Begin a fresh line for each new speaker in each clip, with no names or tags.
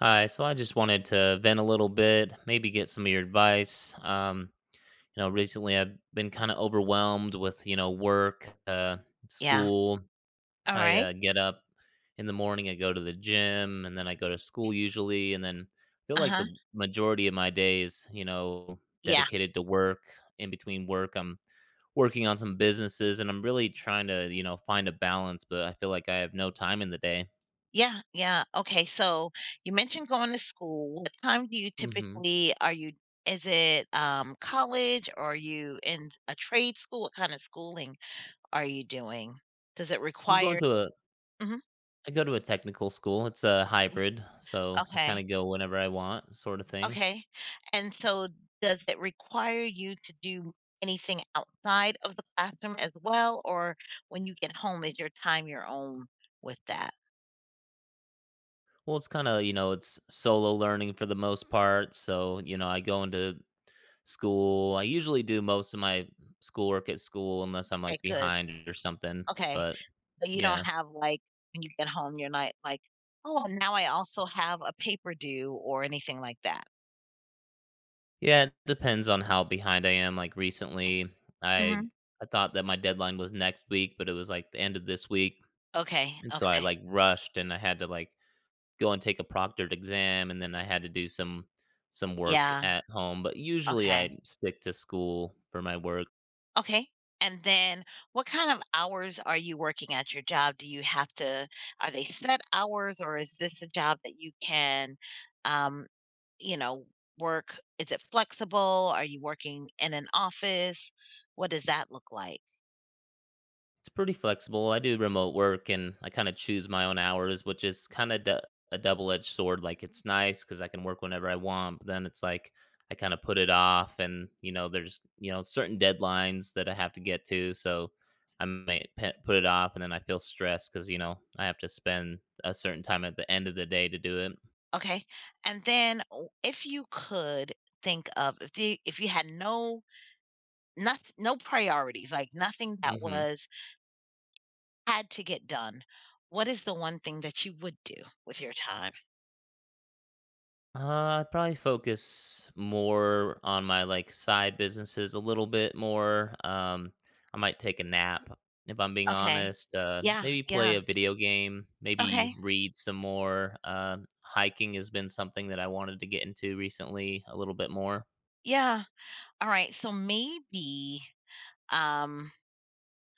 Hi, so I just wanted to vent a little bit, maybe get some of your advice. Recently I've been kind of overwhelmed with, work,
Yeah.
school.
All
I
right.
get up in the morning, I go to the gym, and then I go to school usually, and then feel like
Uh-huh.
the majority of my day is,
Yeah.
dedicated to work. In between work, I'm working on some businesses, and I'm really trying to, find a balance, but I feel like I have no time in the day.
Yeah. Yeah. Okay. So you mentioned going to school. What time do you
hmm
typically are you is it college, or are you in a trade school? What kind of schooling are you doing? Does it
I'm going
require—
to a
Mhm.
I go to a technical school. It's a hybrid, so I kind
Okay.
of go whenever I want, sort of thing.
Okay. And so does it require you to do anything outside of the classroom as well? Or when you get home, is your time your own with that?
Well, it's kind of, it's solo learning for the most part. So, I go into school. I usually do most of my schoolwork at school unless I'm
Okay,
like
good.
behind or something.
Okay.
But
So you don't
yeah.
have, like, when you get home, you're not like, "Oh, and now I also have a paper due," or anything like that.
Yeah, it depends on how behind I am. Like recently, I
Mhm.
I thought that my deadline was next week, but it was like the end of this week.
Okay,
And so I
okay.
like rushed and I had to like go and take a proctored exam, and then I had to do some work
Yeah,
at home, but usually
okay.
I stick to school for my work.
Okay, and then what kind of hours are you working at your job? Do you have to are they set hours, or is this a job that you can, um, you know, work is it flexible? Are you working in an office? What does that look like?
It's pretty flexible. I do remote work and I kind of choose my own hours, which is kind of a double-edged sword. Like it's nice because I can work whenever I want, but then it's like I kind of put it off and there's certain deadlines that I have to get to, so I might put it off and then I feel stressed because I have to spend a certain time at the end of the day to do it.
Okay. And then w- if you could think of if the if you had no nothing no priorities, like nothing that
hmm
was had to get done, what is the one thing that you would do with your time?
I'd probably focus more on my, like, side businesses a little bit more. I might take a nap, if I'm being
Okay.
honest,
Yeah,
maybe
yeah.
play a video game, maybe
Okay.
read some more. Hiking has been something that I wanted to get into recently a little bit more.
Yeah. All right. So maybe um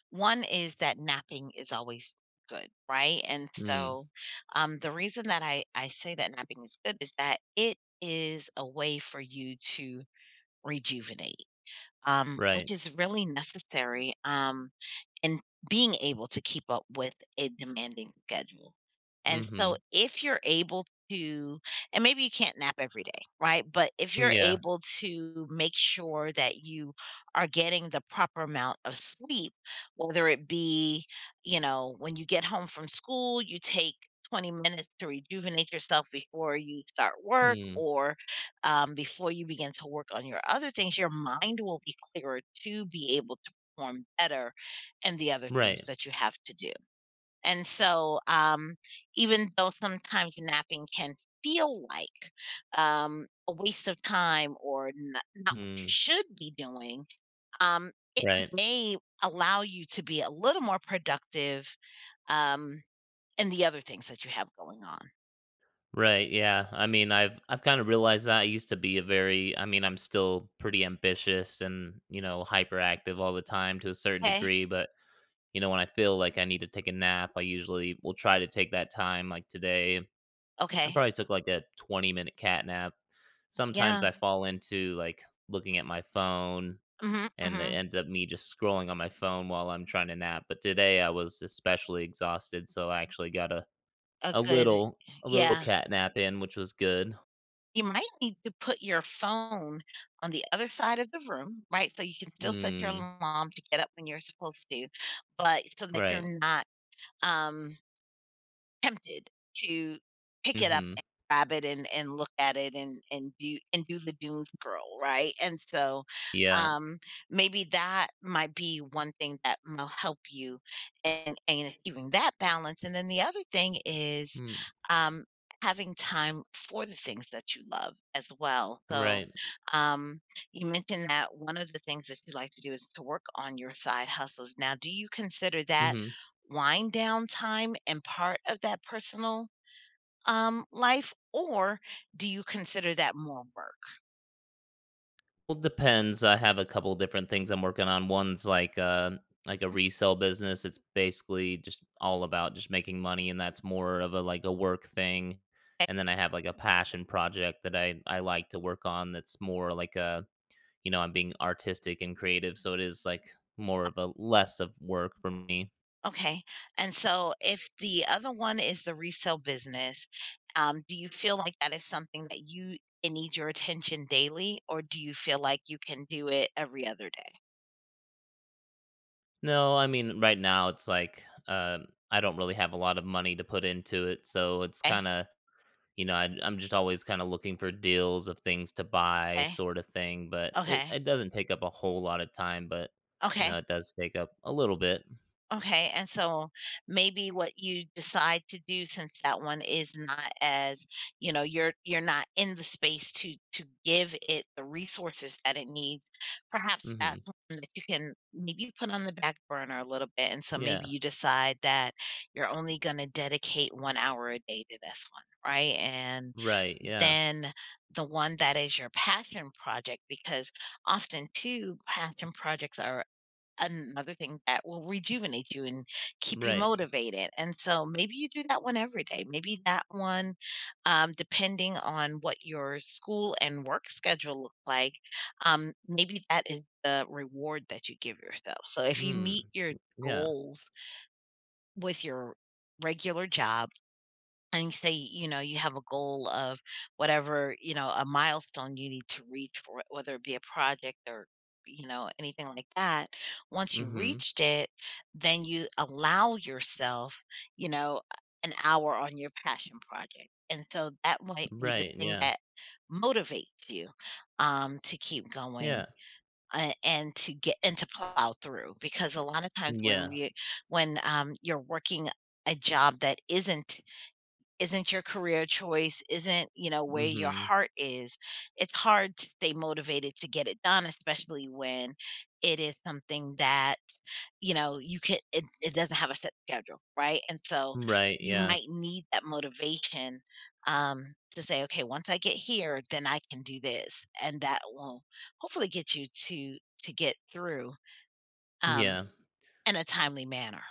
one is that napping is always good, right? And
Mm,
so the reason that I say that napping is good is that it is a way for you to rejuvenate, which
right.
is really necessary, in being able to keep up with a demanding schedule. And so,
Mhm.
if you're able to, and maybe you can't nap every day, right? But if you're
Yeah.
able to make sure that you are getting the proper amount of sleep, whether it be, you know, when you get home from school, you take 20 minutes to rejuvenate yourself before you start work,
Mm,
or before you begin to work on your other things, your mind will be clearer to be able to perform better in the other things
right.
that you have to do. And so, even though sometimes napping can feel like, a waste of time or not what you
Mm,
should be doing, um, it
right.
may allow you to be a little more productive, um, in the other things that you have going on.
Right, yeah. I mean, I've kind of realized that I used to be a very I mean, I'm still pretty ambitious and, hyperactive all the time to a certain
Okay.
degree, but when I feel like I need to take a nap, I usually will try to take that time like today. I
Okay.
probably took like a 20-minute cat nap. Sometimes
Yeah.
I fall into like looking at my phone
hmm
and it
hmm
ends up me just scrolling on my phone while I'm trying to nap, but today I was especially exhausted, so I actually got a
A
a
good.
little a little
Yeah.
cat nap in, which was good.
You might need to put your phone on the other side of the room, right? So you can still set your
Mm,
alarm to get up when you're supposed to, but so that
right.
you're not, um tempted to pick it up
Mhm.
and grab it and look at it and do and do the doom scroll, right? And so,
Yeah.
um, maybe that might be one thing that will help you in achieving that balance. And then the other thing is,
Mm,
um, having time for the things that you love as well. So,
right.
um, you mentioned that one of the things that you like to do is to work on your side hustles. Now, do you consider that
Mhm.
wind down time and part of that personal, life, or do you consider that more work?
Well, depends. I have a couple different things I'm working on. One's like a resale business. It's basically just all about just making money and that's more of a like a work thing.
Okay.
And then I have like a passion project that I like to work on that's more like a, I'm being artistic and creative, so it is like more of a less of work for me.
Okay. And so, if the other one is the resale business, do you feel like that is something that you it needs your attention daily, or do you feel like you can do it every other day?
No, I mean, right now it's like, I don't really have a lot of money to put into it, so it's
Okay.
kinda I'm just always kinda looking for deals of things to buy
Okay.
sort of thing, but it
Okay.
it doesn't take up a whole lot of time, but,
Okay.
it does take up a little bit.
Okay, and so maybe what you decide to do, since that one is not as, you know, you're not in the space to give it the resources that it needs, perhaps that's
Mhm.
one that you can maybe put on the back burner a little bit. And so maybe
Yeah.
you decide that you're only going to dedicate 1 hour a day to this one, right? And
Right, yeah.
then the one that is your passion project, because often too, passion projects are another thing that will rejuvenate you and keep you
Right.
motivated. And so maybe you do that one every day. Maybe that one, depending on what your school and work schedule look like, maybe that is the reward that you give yourself. So if you
Mm.
meet your
Yeah.
goals with your regular job, and say, you know, you have a goal of whatever, you know, a milestone you need to reach for it, whether it be a project or, you know, anything like that, once you
Mhm.
reached it, then you allow yourself, you know, an hour on your passion project, and so that might be the
Right,
thing
yeah.
that motivates you, to keep going,
Yeah.
and to get and to plow through, because a lot of times when
Yeah.
we when, you're working a job that isn't your career choice, isn't, you know, where your
Mhm.
heart is, it's hard to stay motivated to get it done, especially when it is something that, you know, you can it, it doesn't have a set schedule, right? And so
Right,
you
yeah.
might need that motivation, um to say, okay, once I get here, then I can do this. And that will hopefully get you to get through, um
Yeah.
in a timely manner.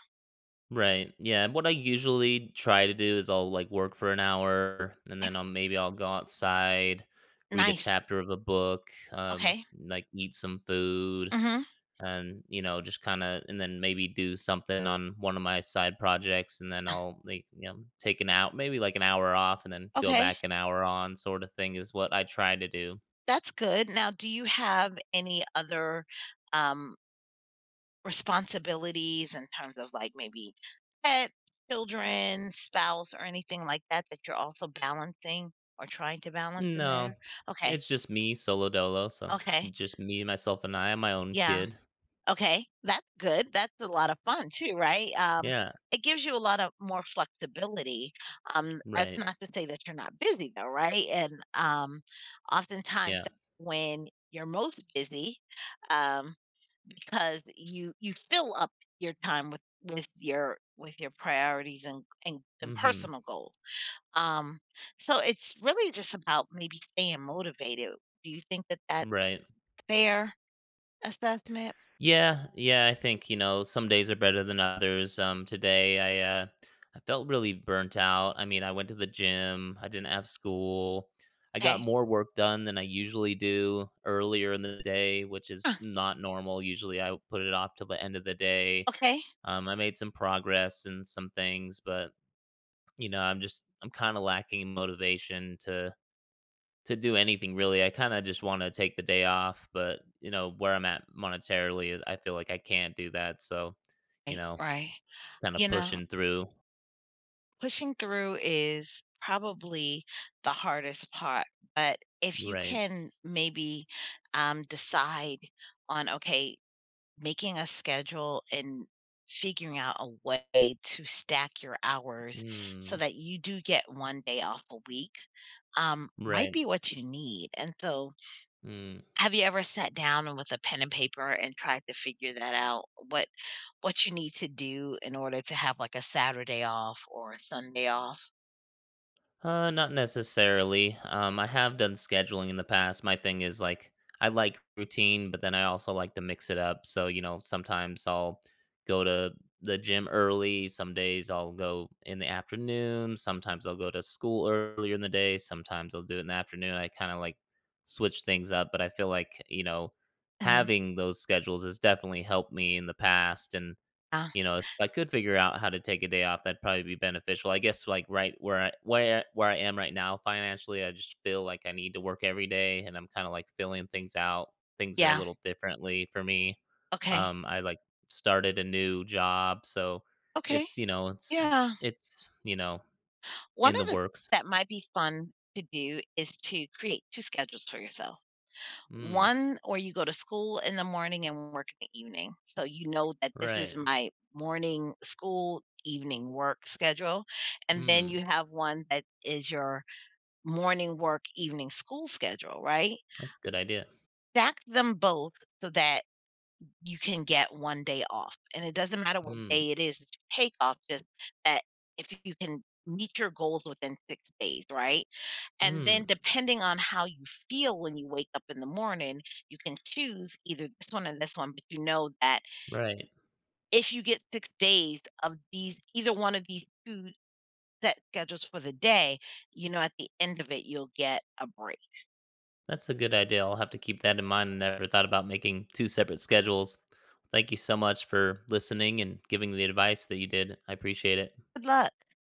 Right. Yeah. What I usually try to do is I'll like work for an hour and
Okay.
then I'll go outside, read a
Nice.
chapter of a book,
Okay.
like eat some food
Mm-hmm.
and just kinda and then maybe do something on one of my side projects and then I'll like, take an out maybe like an hour off and then go
Okay.
back an hour on sort of thing is what I try to do.
That's good. Now, do you have any other, um, responsibilities in terms of, like, maybe pet, children, spouse, or anything like that that you're also balancing or trying to balance in there?
No.
Okay,
It's just me solo dolo, so just
okay,
just me, myself, and I. I'm my own
yeah,
kid.
okay, that's good. That's a lot of fun too, right?
Yeah.
It gives you a lot of more flexibility. That's
Right.
not to say that you're not busy though, right? And, oftentimes
Yeah.
when you're most busy, um because you fill up your time with your with your priorities and and
hmm
personal goals, um so it's really just about maybe staying motivated. Do you think that that's
Right.
fair assessment?
Yeah, yeah, I think, some days are better than others. Today I felt really burnt out. I mean, I went to the gym, I didn't have school. I got
Okay.
more work done than I usually do earlier in the day, which
Huh,
is not normal. Usually I put it off till the end of the day.
okay.
I made some progress in some things, but I'm kind of lacking motivation to do anything really. I kind of just want to take the day off, but where I'm at monetarily, is- I feel like I can't do that. So, you
Right,
know,
right.
just kind of
You know,
pushing through.
pushing through is probably the hardest part, but if you
Right.
can maybe, decide on okay, making a schedule and figuring out a way to stack your hours so
Mm,
that you do get 1 day off a week, might
right.
be what you need. And so,
Mm.
have you ever sat down and with a pen and paper and tried to figure that out? What you need to do in order to have like a Saturday off or a Sunday off?
Not necessarily. I have done scheduling in the past. My thing is like I like routine, but then I also like to mix it up. So, sometimes I'll go to the gym early, some days I'll go in the afternoon, sometimes I'll go to school earlier in the day, sometimes I'll do it in the afternoon. I kind of like switch things up, but I feel like,
And
having those schedules has definitely helped me in the past and
uh,
if I could figure out how to take a day off, that'd probably be beneficial. I guess like right where I am right now financially, I just feel like I need to work every day and I'm kind of like filling things out. Things are a
yeah,
little differently for me.
okay,
I like started a new job, so
okay,
it's it's
yeah.
it's
One
in the
of the
works.
that might be fun to do is to create two schedules for yourself,
Mm,
one or you go to school in the morning and work in the evening. So you know that this is
right.
my morning school, evening work schedule. And then
Mm,
you have one that is your morning work, evening school schedule, right?
that's a good idea.
Stack them both so that you can get 1 day off. And it doesn't matter what
Mm,
day it is that you take off, just that if you can meet your goals within 6 days, right? And then
mm,
depending on how you feel when you wake up in the morning, you can choose either this one or this one, but you know that
right.
if you get 6 days of these either one of these 2 set schedules for the day, you know, at the end of it, you'll get a break.
That's a good idea. I'll have to keep that in mind. I never thought about making two separate schedules. Thank you so much for listening and giving the advice that you did. I appreciate it.
Good luck.